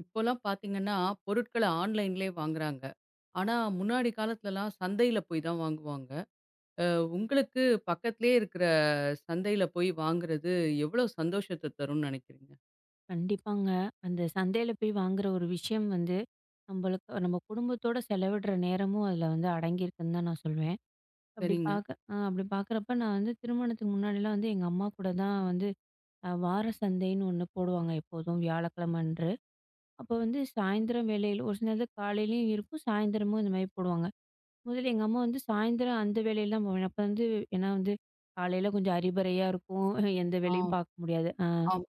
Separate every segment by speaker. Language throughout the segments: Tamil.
Speaker 1: இப்போலாம் பார்த்தீங்கன்னா, பொருட்கள ஆன்லைன்லயே வாங்குறாங்க. ஆனா, முன்னாடி காலத்துலலாம் சந்தையில போய் தான் வாங்குவாங்க. அ உங்களுக்கு பக்கத்திலேயே இருக்கிற சந்தையில போய் வாங்குறது எவ்வளோ சந்தோஷத்த தரும்னு நினைக்கிறீங்க?
Speaker 2: கண்டிப்பாங்க. அந்த சந்தையில போய் வாங்குற ஒரு விஷயம் வந்து, நம்பளுக்கு நம்ம குடும்பத்தோட செலவிடுற நேரமும் அதுல வந்து அடங்கியிருக்குன்னு தான் நான் சொல்வேன். அப்படி
Speaker 1: சரிங்க.
Speaker 2: பாக்க அப்படி பாக்குறப்ப நான் வந்து திருமணத்துக்கு முன்னாடிலாம் வந்து எங்க அம்மா கூட தான் வந்து வார சந்தைன்னு ஒண்ணு போடுவாங்க எப்போதும் வியாழக்கிழமை அன்று. அப்போ வந்து சாயந்தரம் வேளையில ஒரு சில நேரத்துல காலையிலயும் இருக்கும், சாயந்தரமும் இந்த மாரி போடுவாங்க. முதல்ல எங்க அம்மா வந்து சாயந்தரம் அந்த வேளையில தான் போவேன். அப்ப வந்து ஏன்னா வந்து காலையில கொஞ்சம் அறிபறையா இருக்கும். எந்த
Speaker 1: ஆ,
Speaker 2: வேலையும் பாக்க முடியாது.
Speaker 1: ஆமா,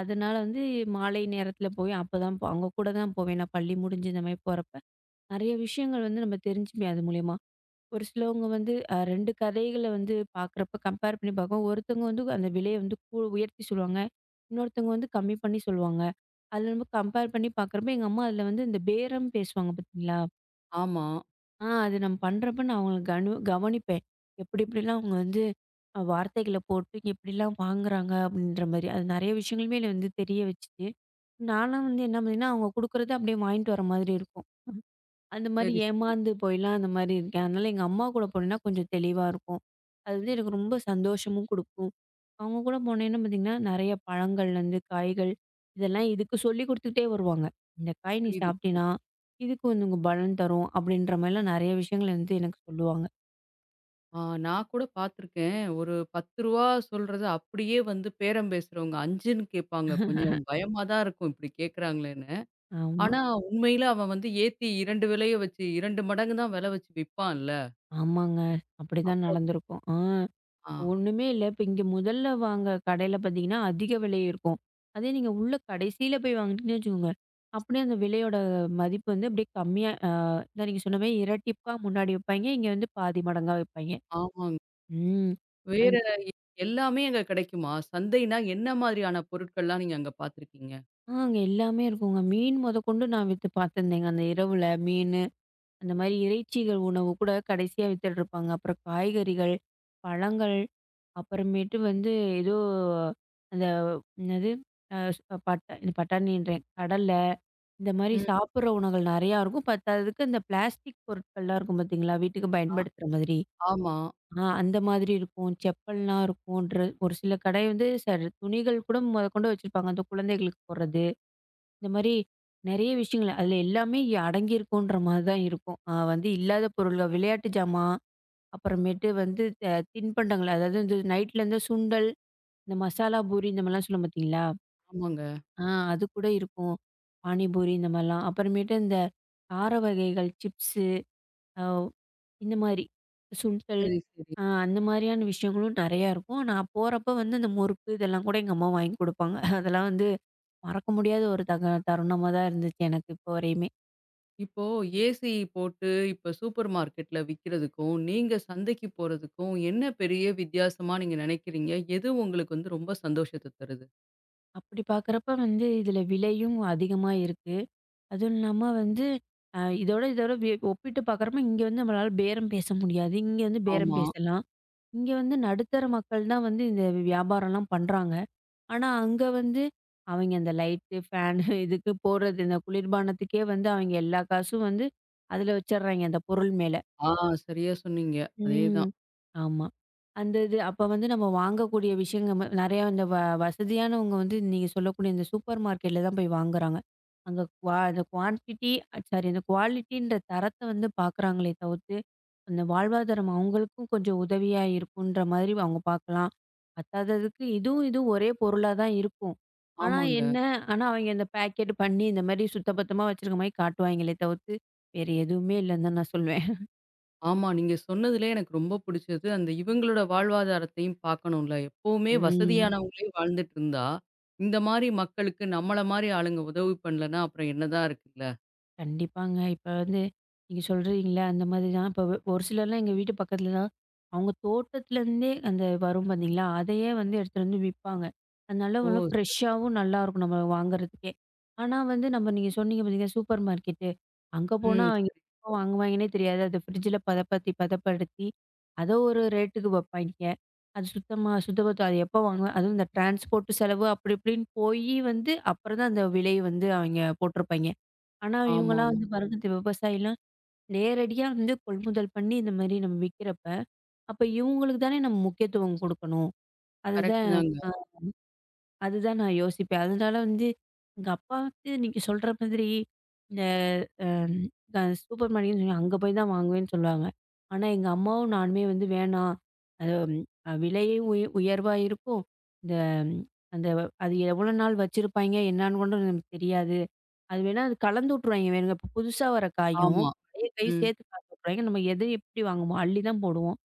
Speaker 2: அதனால வந்து மாலை நேரத்துல போய் அப்பதான் அவங்க கூட தான் போவேன். நான் பள்ளி முடிஞ்சு இந்த மாரி போறப்ப. நெறைய விஷயங்கள் வந்து நம்ம தெரிஞ்சுப்பேன் அது மூலியமா. ஒரு சிலவங்க வந்து 2 கதைகள வந்து பார்க்குறப்ப கம்பேர் பண்ணி பார்க்கவும், ஒருத்தவங்க வந்து அந்த விலைய வந்து உயர்த்தி சொல்லுவாங்க. இன்னொருத்தவங்க வந்து கம்மி பண்ணி சொல்லுவாங்க. அதுல நம்ம கம்பேர் பண்ணி பார்க்குறப்ப, எங்க அம்மா அதுல வந்து இந்த பேரம் பேசுவாங்க பார்த்தீங்களா?
Speaker 1: ஆமா.
Speaker 2: அது நம்ம பண்றப்ப நான் அவங்கள கவனிப்பேன். எப்டி எப்டிலாம் அவங்க வந்து வார்த்தைகள போட்டு எப்டிலாம் வாங்குறாங்க அப்டின்ற மாரி. அது நெறைய விஷயங்களுமே என்ன வந்து தெரிய வச்சுச்சு. நான்லாம் வந்து என்ன பண்ணேன்னா, அவங்க குடுக்குறத அப்படியே வாங்கிட்டு வர மாதிரி இருக்கும். அந்த மாரி
Speaker 1: சரி, சரி.
Speaker 2: ஏமாந்து போய்லாம் அந்த மாரி இருக்கேன். அதனால எங்க அம்மா கூட போனேன்னா கொஞ்சம் தெளிவா இருக்கும். அது வந்து எனக்கு ரொம்ப சந்தோஷமும் குடுக்கும். அவங்க கூட போனேன்னா பார்த்தீங்கன்னா, நெறைய பழங்கள்லேருந்து காய்கள் இதெல்லாம் இதுக்கு சொல்லிக் குடுத்துக்கிட்டே வருவாங்க. "இந்த காய் நீ
Speaker 1: புரியுது, புரியுது.
Speaker 2: சாப்பிட்டீன்னா, இதுக்கு வந்து உனக்கு பலன் தரும்." அப்படின்ற மாரிலாம் நெறைய விஷயங்கள் வந்து எனக்கு சொல்லுவாங்க.
Speaker 1: ஆ, நான் கூட பார்த்துருக்கேன். ஒரு ரூ. 10 சொல்றத அப்படியே வந்து பேரம் பேசுறவங்க 5ன்னு கேட்பாங்க. கொஞ்சம் பயமா தான் இருக்கும் இப்படி கேட்கறாங்களேன்னு.
Speaker 2: ஆமா,
Speaker 1: ஆனா, உண்மையில அவன் வந்து ஏத்தி 2 விலைய வச்சு 2 மடங்கு தான் விலை வச்சு விப்பான்ல.
Speaker 2: ஆமாங்க. அப்படிதான்
Speaker 1: அப்ப
Speaker 2: நடந்திருக்கும். ஆ.
Speaker 1: ஆ,
Speaker 2: ஒண்ணுமே இல்ல. இப்ப இங்க முதல்ல வாங்குற கடையில பார்த்தீங்கன்னா, அதிக விலை இருக்கும். அதே நீங்க உள்ள கடைசியில போய் வாங்குனீங்கன்னு வச்சுக்கோங்க, அப்படியே அந்த விலையோட மதிப்பு வந்து அப்படியே கம்மியா அதான் நீங்க சொன்ன மாரி இரட்டிப்பா முன்னாடி வைப்பாய்ங்க. இங்க வந்து பாதி மடங்கா வைப்பாய்ங்க.
Speaker 1: ஆமாங்க.
Speaker 2: ம்.
Speaker 1: வேற
Speaker 2: அது
Speaker 1: எ எல்லாமே அங்க கிடைக்குமா? சந்தைனா என்ன மாதிரியான பொருட்கள்லாம் நீங்க அங்க பார்த்துருக்கீங்க?
Speaker 2: ஆ அங்க எல்லாமே இருக்குங்க. மீன் மொதக்கொண்டு நான் வித்து பார்த்துருந்தேங்க. அந்த இரவுல மீனு, அந்த மாரி இறைச்சிகள் உணவு கூட கடைசியா வித்துட்ருப்பாங்க. அப்புறம் காய்கறிகள், பழங்கள் அப்புறமேட்டு வந்து ஏதோ அந்த என்னது அ ஸ் இந்த பட்டாணின்றேன், கடலை இந்த மாரி
Speaker 1: ம்.
Speaker 2: சாப்பிடுற உணவுகள் நெறையா இருக்கும். பத்தாததுக்கு இந்த பிளாஸ்டிக் பொருட்கள்லாம் இருக்கும் பார்த்தீங்களா? வீட்டுக்கு
Speaker 1: ஆ,
Speaker 2: பயன்படுத்துற மாதிரி.
Speaker 1: ஆமா.
Speaker 2: அந்த மாதிரி இருக்கும். செப்பல்லாம் இருக்கும். ஒரு சில கடை வந்து துணிகள் கூட மொதற்கொண்டு வச்சிருப்பாங்க. அந்த குழந்தைகளுக்கு போடுறது. இந்த மாரி நெறைய விஷயங்கள் அதில எல்லாமே அடங்கியிருக்குன்ற மாரி தான் இருக்கும். வந்து இல்லாத பொருள்கள் விளையாட்டு ஜாமான், அப்புறமேட்டு வந்து தின்பண்டங்கள் அதாவது இந்த நைட்ல இந்த சுண்டல் இந்த மசாலா பூரி இந்த மாரிலாம் சொல்லுவோம் பார்த்தீங்களா?
Speaker 1: ஆமாங்க.
Speaker 2: ஆ அது கூட இருக்கும். பானிபூரி இந்த மாரிலாம். அப்புறமேட்டு இந்த கார வகைகள், சிப்ஸு அ இந்த மாரி சுண்டல்
Speaker 1: சரி, சரி.
Speaker 2: அந்த மாரியான விஷயங்களும் நெறையா இருக்கும். நான் போறப்ப வந்து இந்த முறுக்கு இதெல்லாம் கூட எங்க அம்மா வாங்கி குடுப்பாங்க. அதெல்லாம் வந்து மறக்க முடியாத ஒரு தருணமா தான் இருந்துச்சு எனக்கு இப்போ வரையுமே.
Speaker 1: இப்போ ஏசி போட்டு இப்ப சூப்பர் மார்க்கெட்ல விக்கிறதுக்கும், நீங்க சந்தைக்கு போறதுக்கும் என்ன பெரிய வித்தியாசமா நீங்க நினைக்கிறீங்க? எது உங்களுக்கு வந்து ரொம்ப சந்தோஷத்த தருது?
Speaker 2: அப்படி பார்க்குறப்ப வந்து இதில விலையும் அதிகமா இருக்கு. அதுவும் இல்லாம வந்து இதோட இதோட ஒப்பிட்டு பார்க்குறப்ப இங்க வந்து நம்மளால பேரம் பேச முடியாது. இங்க வந்து பேரம்
Speaker 1: ஆமா.
Speaker 2: பேசலாம். இங்க வந்து நடுத்தர மக்கள் தான் வந்து இந்த வியாபாரம்லாம் பண்றாங்க. ஆனா, அங்க வந்து அவைங்க அந்த லைட்டு, ஃபேனு இதுக்கு போடுறது இந்த குளிர்பானத்துக்கே வந்து அவைங்க எல்லா காசும் வந்து அதில வச்சர்றாய்ங்க அந்த பொருள் மேல.
Speaker 1: ஆ, சரியா சொன்னீங்க.
Speaker 2: ம்.
Speaker 1: அதேதான்.
Speaker 2: ஆமா. அந்த இது அப்ப வந்து நம்ம வாங்கக்கூடிய விஷயங்கள் நெறையா இந்த வசதியானவங்க வந்து நீங்க சொல்லக்கூடிய இந்த சூப்பர் மார்க்கெட்ல தான் போய் வாங்குறாங்க. அங்க அந்த குவான்டிட்டி சாரி அந்த குவாலிட்டின்ற தரத்த வந்து பார்க்குறாங்களே தவிர்த்து, அந்த வாழ்வாதாரம் அவங்களுக்கும் கொஞ்சம் உதவியா இருக்குன்ற மாதிரி அவங்க பார்க்கலாம். பத்தாததுக்கு இதுவும் இதுவும் ஒரே பொருளா தான் இருக்கும். ஆனா
Speaker 1: ஆமாங்க.
Speaker 2: என்ன, ஆனா அவங்க இந்த பேக்கெட் பண்ணி இந்த மாரி சுத்தபத்தமா வச்சிருக்க மாரி காட்டுவாய்ங்களே தவிர்த்து, வேற எதுவுமே இல்லன்னு தான் நான் சொல்வேன்.
Speaker 1: ஆமா. நீங்க சொன்னதுலே எனக்கு ரொம்ப புடிச்சது, அந்த இவங்களோட வாழ்வாதாரத்தையும் பார்க்கணும்ல. எப்பவுமே
Speaker 2: ம்.
Speaker 1: வசதியானவங்களே வாழ்ந்துட்டு இருந்தா, இந்த மாரி மக்களுக்கு நம்மள மாரி ஆளுங்க உதவி பண்ணலன்னா, அப்புறம் என்னதான் இருக்குல்ல?
Speaker 2: கண்டிப்பாங்க. இப்ப வந்து நீங்க சொல்றீங்கல்ல, அந்த மாதிரி தான். இப்ப ஒரு சிலர்லாம் எங்க வீட்டு பக்கத்துலலாம், அவங்க தோட்டத்துலேருந்தே அந்த வரும் பார்த்தீங்களா? அதையே வந்து எடுத்துட்டு வந்து விப்பாங்க. அதனால
Speaker 1: ஓ!
Speaker 2: வந்து ஃப்ரெஷ்ஷாவும் நல்லாயிருக்கும் நம்ம வாங்குறதுக்கே. ஆனா வந்து நம்ம நீங்க சொன்னீங்க பார்த்தீங்க, சூப்பர் மார்க்கெட்டு. அங்க போனா
Speaker 1: ம்.
Speaker 2: அவங்க
Speaker 1: சரி.
Speaker 2: எப்ப வாங்குவாங்கன்னே தெரியாது. அத ஃப்ரிட்ஜில பதப்படுத்தி, பதப்படுத்தி அத ஒரு ரேட்டுக்கு வப்பாய்ங்க. அது சுத்தமா சுத்தபத்தம் அது எப்போ வாங்குவேன் அதுவும் இந்த டிரான்ஸ்போர்ட் செலவு அப்படி இப்படின்னு போயி வந்து அப்புறம் தான் அந்த விலை வந்து அவங்க போட்டிருப்பாய்ங்க. ஆனா, இவங்கலாம்
Speaker 1: ஆமாமா.
Speaker 2: வந்து பாருங்க, இந்த விவசாயிலாம் நேரடியா வந்து கொள்முதல் பண்ணி இந்த மாரி நம்ம விக்கிறப்ப, அப்ப இவங்களுக்கு தானே நம்ம முக்கியத்துவம் குடுக்கணும்.
Speaker 1: கரெக்ட்
Speaker 2: அதுதான் அ
Speaker 1: தாங்க.
Speaker 2: அதுதான் நான் யோசிப்பேன். அதனால வந்து எங்க அப்பா வந்து நீங்க சொல்ற மாதிரி இந்த அம் அ சூப்பர் மார்க்கெட்னு சொன்னீங்க, அங்க போய் தான் வாங்குவேன்னு சொல்லுவாங்க. ஆனா, எங்க அம்மாவும் நானுமே வந்து வேணாம். அது அ விலையும் உயர்வா இருக்கும். இந்த ம், அந்த அது எவ்வளோ நாள் வச்சிருப்பாய்ங்க, என்னான்னு கூட நமக்கு தெரியாது. அது வேணா அது கலந்து விட்டுருவாய்ங்க வேணுங்க. இப்ப புதுசா வர காயும்,
Speaker 1: ஆமா.
Speaker 2: பழைய காயும்
Speaker 1: ம்.
Speaker 2: சேர்த்து கலந்து விட்டுருவாய்ங்க. நம்ம எது எப்படி வாங்குவோம், அள்ளி தான் போடுவோம்.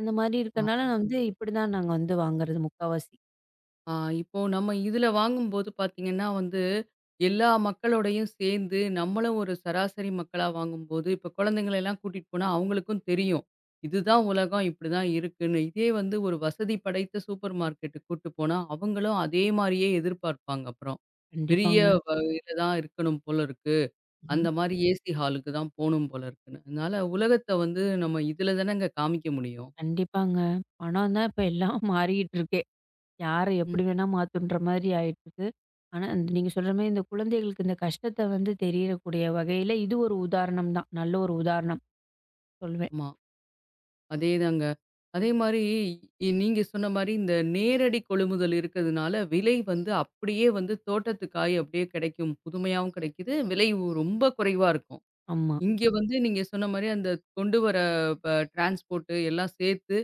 Speaker 2: அந்த மாரி இருக்கனால நான் வந்து இப்படிதான் நாங்க வந்து வாங்குறது முக்காவாசி.
Speaker 1: ஆ, இப்போ நம்ம இதுல வாங்கும்போது பாத்தீங்கன்னா வந்து, எல்லா மக்களோடையும் சேர்ந்து நம்மளும் ஒரு சராசரி மக்களா வாங்கும்போது, இப்போ குழந்தைங்கள எல்லாம் கூட்டிட்டு போனா அவங்களுக்கும் தெரியும். இதுதான் உலகம், இப்படிதான் இருக்குன்னு. இதே வந்து ஒரு வசதி படைத்த சூப்பர் மார்க்கெட்டுக்கு கூட்டு போனா, அவங்களும் அதே மாரியே எதிர்பார்ப்பாங்க அப்புறம். பெரிய
Speaker 2: கண்டிப்பாங்க.
Speaker 1: வ இதுல தான் இருக்கணும் போல இருக்கு.
Speaker 2: ம்.
Speaker 1: அந்த மாரி ஏசி ஹாலுக்கு தான் போணும் போல இருக்குன்னு. அதனால உலகத்த வந்து நம்ம இதுல தானங்க காமிக்க முடியும்.
Speaker 2: கண்டிப்பாங்க. பணம் தான் இப்ப எல்லாம் மாறிக்கிட்டு இருக்கே. யார
Speaker 1: ம்.
Speaker 2: எப்படி வேணா மாத்துன்ற மாரி ஆயிட்டுருக்கு. ஆனா, இந்த நீங்க சொல்ற மாரி இந்த குழந்தைகளுக்கு இந்த கஷ்டத்த வந்து தெரியக்கூடிய வகையில, இது ஒரு உதாரணம் தான். நல்ல ஒரு உதாரணம் சொல்வேன்.
Speaker 1: ஆமா. அதேதாங்க. அதேமாரி நீங்க சொன்ன மாரி இந்த நேரடி கொள்முதல் இருக்கிறதுனால, விலை வந்து அப்படியே வந்து தோட்டத்து காய் அப்படியே கிடைக்கும். புதுமையாவும் கிடைக்குது. விலை ரொம்ப குறைவா இருக்கும்.
Speaker 2: ஆமா.
Speaker 1: இங்க வந்து நீங்க சொன்ன மாரி அந்த கொண்டு வர ப டிரான்ஸ்போர்ட் எல்லாம் சேர்த்து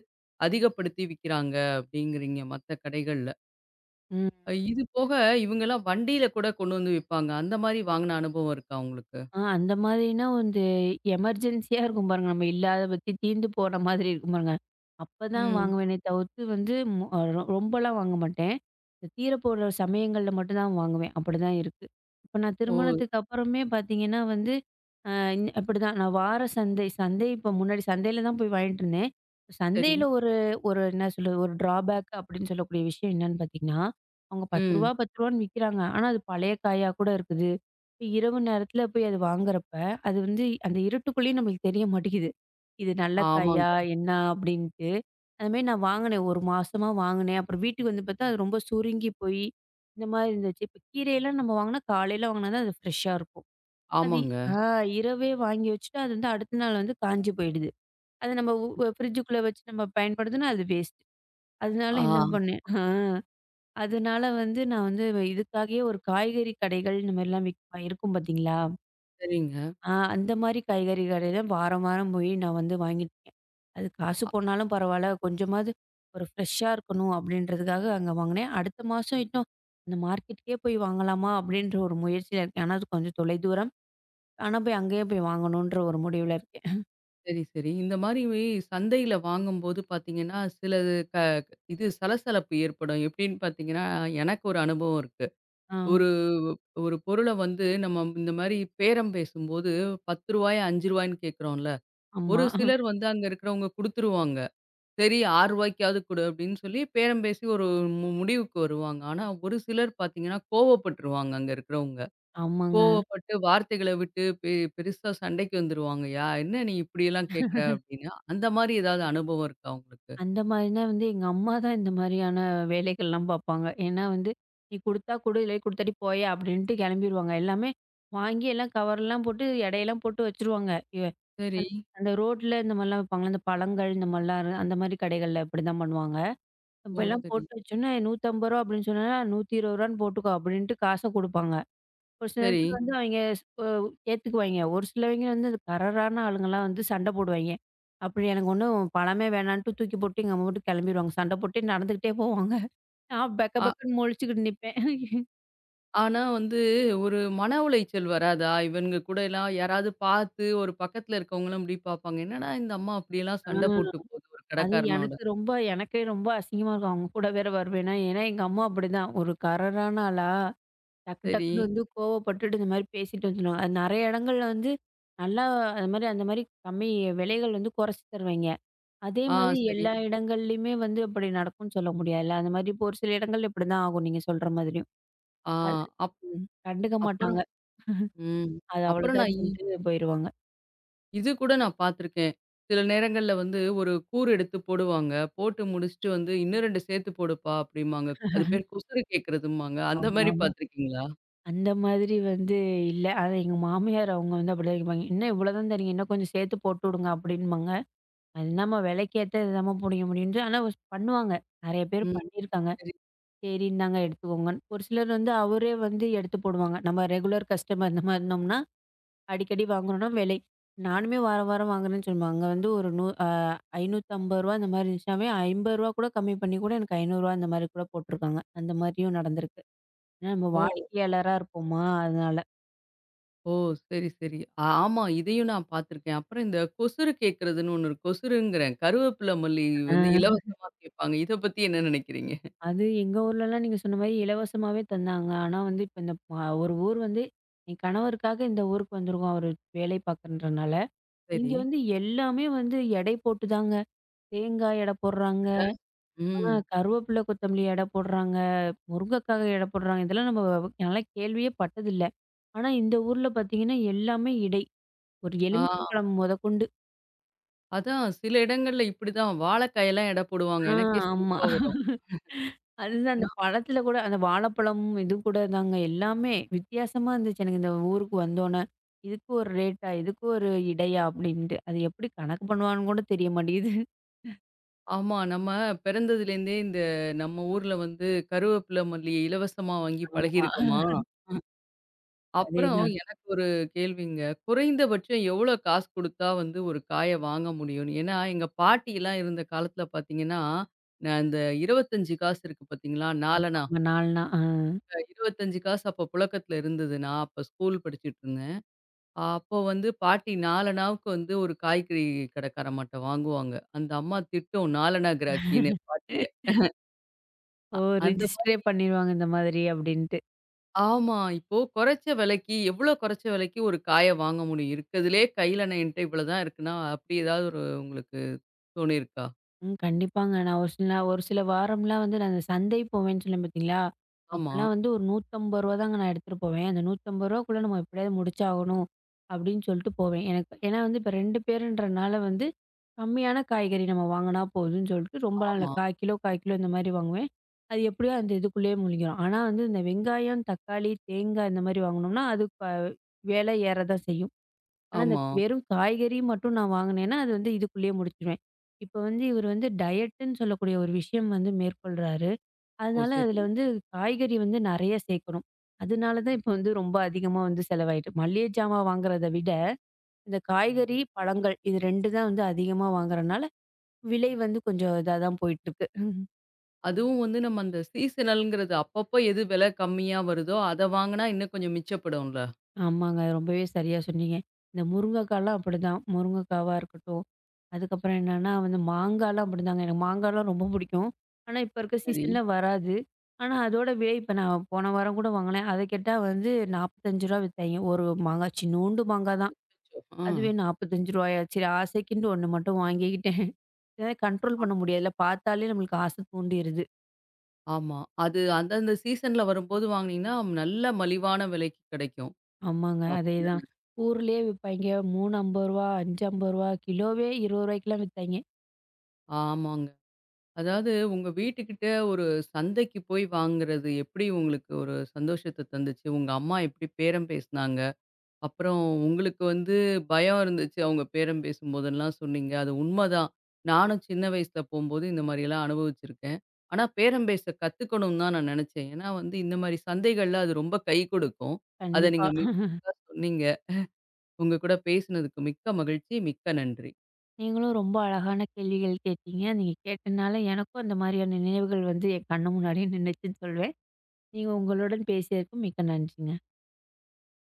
Speaker 1: அதிகப்படுத்தி விக்கிறாங்க அப்படிங்கிறீங்க மத்த கடைகள்ல. இது போக இவங்கலாம் வண்டியில கூட கொண்டு வந்து விப்பாங்க. அந்த மாரி வாங்குன அனுபவம் இருக்கா உங்களுக்கு?
Speaker 2: அந்த மாதிரினா வந்து எமர்ஜென்சியா இருக்கும் பாருங்க. நம்ம இல்லாத பத்தி தீர்ந்து போன மாதிரி இருக்கும் பாருங்க. அப்பதான்
Speaker 1: ம்.
Speaker 2: வாங்குவேனே தவிர்த்து வந்து மு அ ரொ ரொம்பலாம் வாங்க மாட்டேன். இந்த தீரப்போற சமயங்கள்ல மட்டும் தான் வாங்குவேன். அப்படிதான் இருக்கு. இப்ப நான்
Speaker 1: ஓ!
Speaker 2: திருமணத்துக்கு அப்புறமே பார்த்தீங்கன்னா வந்து, அ இன் அப்படிதான் நான் வார சந்தை சந்தை இப்ப முன்னாடி சந்தையில தான் போய் வாங்கிட்டு இருந்தேன்.
Speaker 1: சரி.
Speaker 2: சந்தையில ஒரு ஒரு என்ன சொல்றது, ஒரு டிராபேக் அப்படின்னு சொல்லக்கூடிய விஷயம் என்னன்னு பார்த்தீங்கன்னா, அவங்க ரூ. 10
Speaker 1: ம்.
Speaker 2: ரூவா ரூ. 10ன்னு விக்கிறாங்க. ஆனா அது பழைய காயா கூட இருக்குது. இப்ப இரவு நேரத்துல போய் அது வாங்குறப்ப, அது வந்து அந்த இருட்டுக்குள்ளேயும் நம்மளுக்கு தெரிய மாட்டேங்குது. இது நல்ல காயா?
Speaker 1: ஆமாங்க,
Speaker 2: என்ன? அப்படின்ட்டு. அந்த மாரி நான் வாங்குனேன். 1 மாசமா வாங்குனேன். அப்புறம் வீட்டுக்கு வந்து பார்த்தா, அது ரொம்ப சுருங்கி போய், இந்த மாரி இருந்துச்சு. இப்ப கீரையெல்லாம் நம்ம வாங்குனா, காலையில வாங்குனா தான் அது ஃப்ரெஷ்ஷா இருக்கும். அது
Speaker 1: ஆமாங்க.
Speaker 2: ஆ இரவே வாங்கி வச்சுட்டு, அது வந்து அடுத்த நாள் வந்து காஞ்சு போயிடுது. அது நம்ம ஃப்ரிட்ஜுக்குள்ள வச்சு நம்ம பயன்படுத்தினா அது வேஸ்ட். அதனால
Speaker 1: ஆ,
Speaker 2: என்ன பண்ணேன் அதனால வந்து நான் வந்து இதுக்காகவே ஒரு காய்கறி கடைகள் இந்த மாரிலாம் இருக்கும் பார்த்தீங்களா?
Speaker 1: சரிங்க.
Speaker 2: அந்த மாரி காய்கறி கடையில வாரம், வாரம் போய் நான் வந்து வாங்கிட்டேன். அது காசு போனாலும் பரவால்ல, கொஞ்சமாவது ஒரு ஃப்ரெஷ்ஷா இருக்கணும் அப்படின்றதுக்காக அங்க வாங்கினேன். அடுத்த மாசம் இன்னும் அந்த மார்க்கெட்டுக்கே போய் வாங்கலாமா? அப்படின்ற ஒரு முயற்சியில இருக்கேன். ஆனா அது கொஞ்சம் தொலைதூரம். ஆனா போய் அங்கேயே போய் வாங்கணுன்ற ஒரு முடிவுல இருக்கேன்.
Speaker 1: சரி, சரி. இந்த மாரி சந்தையில வாங்கும்போது பார்த்தீங்கன்னா, சிலது இது சலசலப்பு ஏற்படும். எப்படின்னு பார்த்தீங்கன்னா, எனக்கு ஒரு அனுபவம் இருக்கு.
Speaker 2: ஆ.
Speaker 1: ஒரு ஒரு பொருள வந்து நம்ம இந்த மாரி பேரம் பேசும்போது ரூ. 10 ரூ. 5ன்னு கேட்குறோம்ல. ஒரு
Speaker 2: ஆமா.
Speaker 1: சிலர் வந்து அங்க இருக்கிறவங்க குடுத்துருவாங்க. சரி ரூ. 6வது குடு அப்படின்னு சொல்லி பேரம் பேசி ஒரு முடிவுக்கு வருவாங்க. ஆனா, ஒரு சிலர் பார்த்தீங்கன்னா, கோவப்பட்டுருவாங்க அங்க இருக்கிறவங்க.
Speaker 2: ஆமாங்க.
Speaker 1: கோவப்பட்டு வார்த்தைகள விட்டு பெருசா சண்டைக்கு வந்துருவாங்கயா, "என்ன நீ இப்படியெல்லாம் கேட்குற?" அப்படின்னு. அந்த மாரி ஏதாவது அனுபவம் இருக்கா உங்களுக்கு?
Speaker 2: அந்த மாதிரினா வந்து எங்க அம்மா தான் இந்த மாதிரியான வேலைகள்லாம் பார்ப்பாங்க. ஏன்னா வந்து, "நீ குடுத்தா குடு, இல்ல குடுத்தாட்டி போயா" அப்படின்ட்டு கெளம்பிருவாங்க. எல்லாமே வாங்கி எல்லாம் கவர்லாம் போட்டு எடையெல்லாம் போட்டு வச்சுருவாங்க. எ
Speaker 1: சரி.
Speaker 2: அந் அந்த ரோட்ல இந்த மாரிலாம் விப்பாங்கல்ல, அந்த பழங்கள் இந்த மாரிலாம் அந்த மாரி கடைகள்ல இப்படிதான் பண்ணுவாங்க.
Speaker 1: ஓ!
Speaker 2: அப்பலாம்
Speaker 1: சரி,
Speaker 2: போட்டு வச்சோன்னே, "150 ரூவா" அப்படின்னு சொன்னோன்னா, "120 ரூவான்னு போட்டுக்கோ" அப்படின்ட்டு காச குடுப்பாங்க. ஒரு
Speaker 1: சரி.
Speaker 2: சிலது வந்து அவைங்க ஸ் ஒ ஏத்துக்குவாய்ங்க. ஒரு சிலவைங்க வந்து அது பரரான ஆளுங்கலாம் வந்து சண்ட போடுவாய்ங்க. அப்படி எனக்கு ஒண்ணும் பழமே வேணான்ட்டு தூக்கி போட்டு எங்க அம்மா வீட்டுக்கு கெளம்பிருவாங்க. சண்ட போட்டே நடந்துகிட்டே போவாங்க. நான் பெக்க
Speaker 1: ஆ,
Speaker 2: பெக்கன்னு முழிச்சுக்கிட்டு நிப்பேன்.
Speaker 1: ஆனா வந்து ஒரு மன உளைச்சல் வராதா? இவனுங்க கூடலாம் யாராவது பார்த்து ஒரு பக்கத்துல இருக்கவங்களும் இப்படி பார்ப்பாங்க. "என்னடா இந்த அம்மா அப்படியெல்லாம் சண்டை
Speaker 2: ஆ
Speaker 1: போட்டு போகுது ஒரு
Speaker 2: அது
Speaker 1: கடைக்காரனோட."
Speaker 2: எனக்கு ரொம்ப எனக்கே ரொம்ப அசிங்கமா இருக்கும். அவங்க கூட வேற வருவேனா, ஏன்னா எங்க அம்மா அப்படிதான். ஒரு கரரான ஆளா, டக்கு
Speaker 1: சரி.
Speaker 2: டக்குன்னு வந்து கோவப்பட்டுட்டு இந்த மாரி பேசிட்டு வந்துருவாங்க. அது நெறைய இடங்கள்ல வந்து நல்லா அது மாரி அந்த மாரி கம்மி விலைகள் வந்து குறைச்சு தருவாய்ங்க. அதே
Speaker 1: ஆ,
Speaker 2: மாதிரி
Speaker 1: சரி.
Speaker 2: எல்லா இடங்கள்லயுமே வந்து அப்படி நடக்கும்னு சொல்ல முடியாதுல்ல. அந்த மாதிரி இப்போ ஒரு சில இடங்கள்ல இப்படிதான் ஆகும் நீங்க சொல்ற மாதிரியும்.
Speaker 1: ஆ
Speaker 2: அது
Speaker 1: அப்
Speaker 2: ம். கண்டுக்க
Speaker 1: அப்புறம்
Speaker 2: மாட்டாங்க.
Speaker 1: ம்.
Speaker 2: அது
Speaker 1: அப்புறம் நான்
Speaker 2: அவ்வளோதான்னு சொல்லிட்டு போயிருவாங்க.
Speaker 1: இது கூட நான் பார்த்துருக்கேன். சில நேரங்கள்ல வந்து ஒரு கூறு எடுத்து போடுவாங்க. போட்டு முடிச்சுட்டு வந்து, "இன்னும் 2 சேர்த்து போடுப்பா" அப்படிம்பாங்க. அது பேர் குசறு கேட்கிறதும்பாங்க. அந்த மாரி
Speaker 2: ஆமாமா.
Speaker 1: பார்த்துருக்கீங்களா?
Speaker 2: அந்த மாதிரி வந்து இல்ல. ஆனா எங்க மாமியார் அவங்க வந்து அப்படிதான் கேட்பாங்க. "இன்னும் இவ்வளோதான் தரீங்க. இன்னும் கொஞ்சம் சேர்த்து போட்டு விடுங்க" அப்படின்பாங்க. அது என்னம்மா விலைக்கேத்த இதுதாம்மா புடிங்க முடியும்ன்ட்டு. ஆனா பண்ணுவாங்க. நெறைய பேர்
Speaker 1: ம்.
Speaker 2: பண்ணியிருக்காங்க.
Speaker 1: சரி.
Speaker 2: "சரி இந்தாங்க எடுத்துக்கோங்கன்னு." ஒரு சிலர் வந்து அவரே வந்து எடுத்து போடுவாங்க. நம்ம ரெகுலர் கஸ்டமர் இந்த மாதிரி இருந்தோம்னா அடிக்கடி வாங்குறோம்னா விலை. நானுமே வாரம், வாரம் வாங்குறேன்னு சொல்லுவேன். அங்க வந்து ஒரு நூ அ ரூ. 550 அந்த மாரி இருந்துச்சுனாவே, ரூ. 50 கூட கம்மி பண்ணி கூட எனக்கு ரூ. 500 அந்த மாரி கூட போட்டுருக்காங்க. அந்த மாரியும் நடந்திருக்கு. ஏன்னா நம்ம
Speaker 1: ஓ!
Speaker 2: வாடிக்கையாளரா இருப்போமா, அதனால.
Speaker 1: ஓ! சரி, சரி. ஆ- ஆமா. இதையும் நான் பார்த்துருக்கேன். அப்புறம் இந்த கொசுறு கேட்கிறதுன்னு ஒண்ணு இருக்கு. கொசுறுங்கிறேன். கருவேப்பில மல்லி
Speaker 2: ஆ.
Speaker 1: வந்து இலவசமா கேட்பாங்க. இத பத்தி என்ன நினைக்கிறீங்க?
Speaker 2: அது எங்க ஊர்லலாம் நீங்க சொன்ன மாரி இலவசமாவே தந்தாங்க. ஆனா வந்து இப்ப இந்த அ ஒரு ஊர் வந்து என் கணவருக்காக இந்த ஊருக்கு வந்திருக்கோம். அவரு வேலை பார்க்குறன்றனால.
Speaker 1: சரி.
Speaker 2: இங்க வந்து எல்லாமே வந்து எடை போட்டுதாங்க. தேங்காய் எடை போடுறாங்க.
Speaker 1: அதான். ம்.
Speaker 2: கருவேப்பிலை, கொத்தமல்லி எடை போடுறாங்க. முருங்கக்காக எடை போடுறாங்க. இதெல்லாம் நம்ம நல்லா கேள்வியே பட்டதில்ல. ஆனா இந்த ஊர்ல பார்த்தீங்கன்னா, எல்லாமே இடை. ஒரு எலுமிச்சை
Speaker 1: ஆ.
Speaker 2: பழம் மொதக்கொண்டு
Speaker 1: அதான் சில இடங்கள்ல இப்படிதான் வாழைக்காயெல்லாம் எடை போடுவாங்க.
Speaker 2: ஆ
Speaker 1: எனக்கே
Speaker 2: ஆமா.
Speaker 1: சிரிப்பா வரும்.
Speaker 2: அதுதான் அந்த பழத்தில கூட அந்த வாழைப்பழம் இது கூட தாங்க எல்லாமே வித்தியாசமா இருந்துச்சு எனக்கு இந்த ஊருக்கு வந்தோனே. இதுக்கு ஒரு ரேட்டா? இதுக்கு ஒரு இடையா? அப்படின்ட்டு. அது எப்படி கணக்கு பண்ணுவான்னு கூட தெரிய மாட்டேங்குது.
Speaker 1: ஆமா. நம்ம பிறந்ததுலேருந்தே இந்த நம்ம ஊர்ல வந்து கருவேப்பில, மல்லிய இலவசமா வாங்கி
Speaker 2: ஆமா.
Speaker 1: பழகியிருக்கோமா? அப்புறம்
Speaker 2: அதேதான்.
Speaker 1: எனக்கு ஒரு கேள்விங்க. குறைந்தபட்சம் எவ்வளோ காசு குடுத்தா வந்து ஒரு காய வாங்க முடியும்னு? ஏன்னா, எங்க பாட்டிலாம் இருந்த காலத்துல பார்த்தீங்கன்னா, நான் இந்த 25 காசு இருக்கு பார்த்தீங்களா? நாலணா.
Speaker 2: ஆமாமா. 4 நா. ஆ.
Speaker 1: 25 காசு அப்போ புழக்கத்துல இருந்தது. நான் அப்போ ஸ்கூல் படிச்சுட்டு இருந்தேன். அப்போ வந்து பாட்டி 4அணாவுக்கு வந்து ஒரு காய்கறி கடைக்காரம்மாட்ட வாங்குவாங்க. அந்த அம்மா திட்டும் 4அணா கிராக்கின்னு பாட்டிய.
Speaker 2: ஓ!
Speaker 1: அந்த
Speaker 2: ரிஜிஸ்டரே பண்ணிருவாங்க இந்த மாதிரி அப்படின்ட்டு.
Speaker 1: ஆமா. இப்போ குறைச்ச விலைக்கு, எவ்ளோ குறைச்ச விலைக்கு ஒரு காய வாங்க முடியும்? இருக்கதுலயே கையிலண்ணா என்ட்ட இவ்வளோ தான் இருக்குன்னா, அப்படி ஏதாவது ஒரு உங்களுக்கு தோணியிருக்கா?
Speaker 2: ம். கண்டிப்பாங்க. நான் ஒரு சில வாரம்லாம் வந்து நான் அந்த சந்தை போவேன்னு சொன்னேன் பார்த்தீங்களா?
Speaker 1: ஆமா,
Speaker 2: அப்பலாம் வந்து ஒரு ரூ. 150 தாங்க நான் எடுத்துட்டு போவேன். அந்த ரூ. 150க்குள்ள நம்ம எப்படியாவது முடிச்சாகணும், அப்படின்னு சொல்லிட்டு போவேன். எனக்கு ஏன்னா வந்து இப்ப 2 பேருன்றனால வந்து, கம்மியான காய்கறி நம்ம வாங்குனா போதும்ன்னு சொல்லிட்டு ரொம்பலாம் இல்ல.
Speaker 1: ஆமா,
Speaker 2: 1/4 கிலோ, 1/4 கிலோ இந்த மாரி வாங்குவேன். அது எப்படியோ அந்த இதுக்குள்ளேயே முழுங்கிரும். ஆனா வந்து இந்த வெங்காயம், தக்காளி, தேங்காய் இந்த மாரி வாங்குனோம்னா, அது விலை ஏற தான் செய்யும். ஆனா, அந்த
Speaker 1: ஆமா.
Speaker 2: வெறும் காய்கறி மட்டும் நான் வாங்குனேன்னா, அது வந்து இதுக்குள்ளேயே முடிச்சுருவேன். இப்ப வந்து இவரு வந்து டயட்டுன்னு சொல்லக்கூடிய ஒரு விஷயம் வந்து மேற்கொள்றாரு.
Speaker 1: ஓ!
Speaker 2: அதனால
Speaker 1: சரி.
Speaker 2: அதுல வந்து காய்கறி வந்து நெறைய சேர்க்கணும். அதனால தான் இப்ப வந்து ரொம்ப அதிகமா வந்து செலவாயிட்டு. மளிகை ஜாமான் வாங்குறத விட, இந்த காய்கறி, பழங்கள் இது 2 தான் வந்து அதிகமா வாங்குறனால, விலை வந்து கொஞ்சம் இதா தான் போயிட்டுருக்கு.
Speaker 1: அதுவும் வந்து நம்ம அந்த சீசனல்ங்கிறது அப்பப்போ எது விலை கம்மியா வருதோ, அத வாங்குனா இன்னும் கொஞ்சம் மிச்சப்படும்ல.
Speaker 2: ஆமாங்க. ரொம்பவே சரியா சொன்னீங்க. இந்த முருங்கைக்காலாம் அப்படிதான். முருங்கைக்காவா இருக்கட்டும், அதுக்கப்புறம் என்னன்னா வந்து மாங்காலாம் அப்படிதாங்க. எனக்கு மாங்காலாம் ரொம்ப பிடிக்கும். ஆனா இப்ப இருக்க
Speaker 1: சரி.
Speaker 2: சீசன்ல வராது. ஆனா அதோட விலை இப்ப நான் போன வாரம் கூட வாங்கினேன். அத கேட்டா வந்து ரூ. 45 வித்தாய்ங்க. ஒரு மாங்காய் சின்னூண்டு மாங்காய் தான்.
Speaker 1: அச்சச்சோ! ஆ.
Speaker 2: அதுவே ரூ. 45 சரி ஆசைக்குன்ட்டு ஒண்ணு மட்டும் வாங்கிக்கிட்டேன். என்னால கண்ட்ரோல்
Speaker 1: அ
Speaker 2: பண்ண முடியாதுல்ல. பார்த்தாலே நம்மளுக்கு ஆசை தூண்டிருது.
Speaker 1: ஆமா. அது அந்தந்த சீசன்ல வரும்போது வாங்குனீங்கன்னா, நல்ல மலிவான விலைக்கு கிடைக்கும்.
Speaker 2: ஆமாங்க அதேதான்.
Speaker 1: அப்படிதானே?
Speaker 2: ஊர்லயே விப்பாய்ங்க. ரூ. 3.50 ரூ. 5.50 கிலோவே ரூ. 20க்கெல்லாம் வித்தாய்ங்க.
Speaker 1: ஆமாங்க. அதாவது உங்க வீட்டுக்கிட்ட ஒரு சந்தைக்கு போய் வாங்குறது எப்படி உங்களுக்கு ஒரு சந்தோஷத்த தந்துச்சு? உங்க அம்மா எப்படி பேரம் பேசுனாங்க? அப்புறம் உங்களுக்கு வந்து பயம் இருந்துச்சு, அவங்க பேரம் பேசும்போதெல்லாம் சொன்னீங்க. அது உண்மதான். நானும் சின்ன வயசுல போம்போது இந்த மாரியெல்லாம் அனுபவிச்சிருக்கேன். ஆனா பேரம் பேச கத்துக்கணும்னு தான் நான் நெனச்சேன். ஏன்னா வந்து இந்த மாரி சந்தைகள்ல அது ரொம்ப கை கொடுக்கும். அத
Speaker 2: கண்டிப்பா.
Speaker 1: நீங்க மிகச்சரியா சொன்னீங்க. உங்க கூட பேசினதுக்கு மிக்க மகிழ்ச்சி. மிக்க நன்றி.
Speaker 2: நீங்களும் ரொம்ப அழகான கேள்விகள் கேட்டீங்க. நீங்க கேட்டனால எனக்கும் அந்த மாரியான நினைவுகள் வந்து என் கண்ணு முன்னாடியே நின்னுச்சுன்னு சொல்வேன். நீங்க உங்களுடன் பேசியதற்கு மிக்க நன்றிங்க.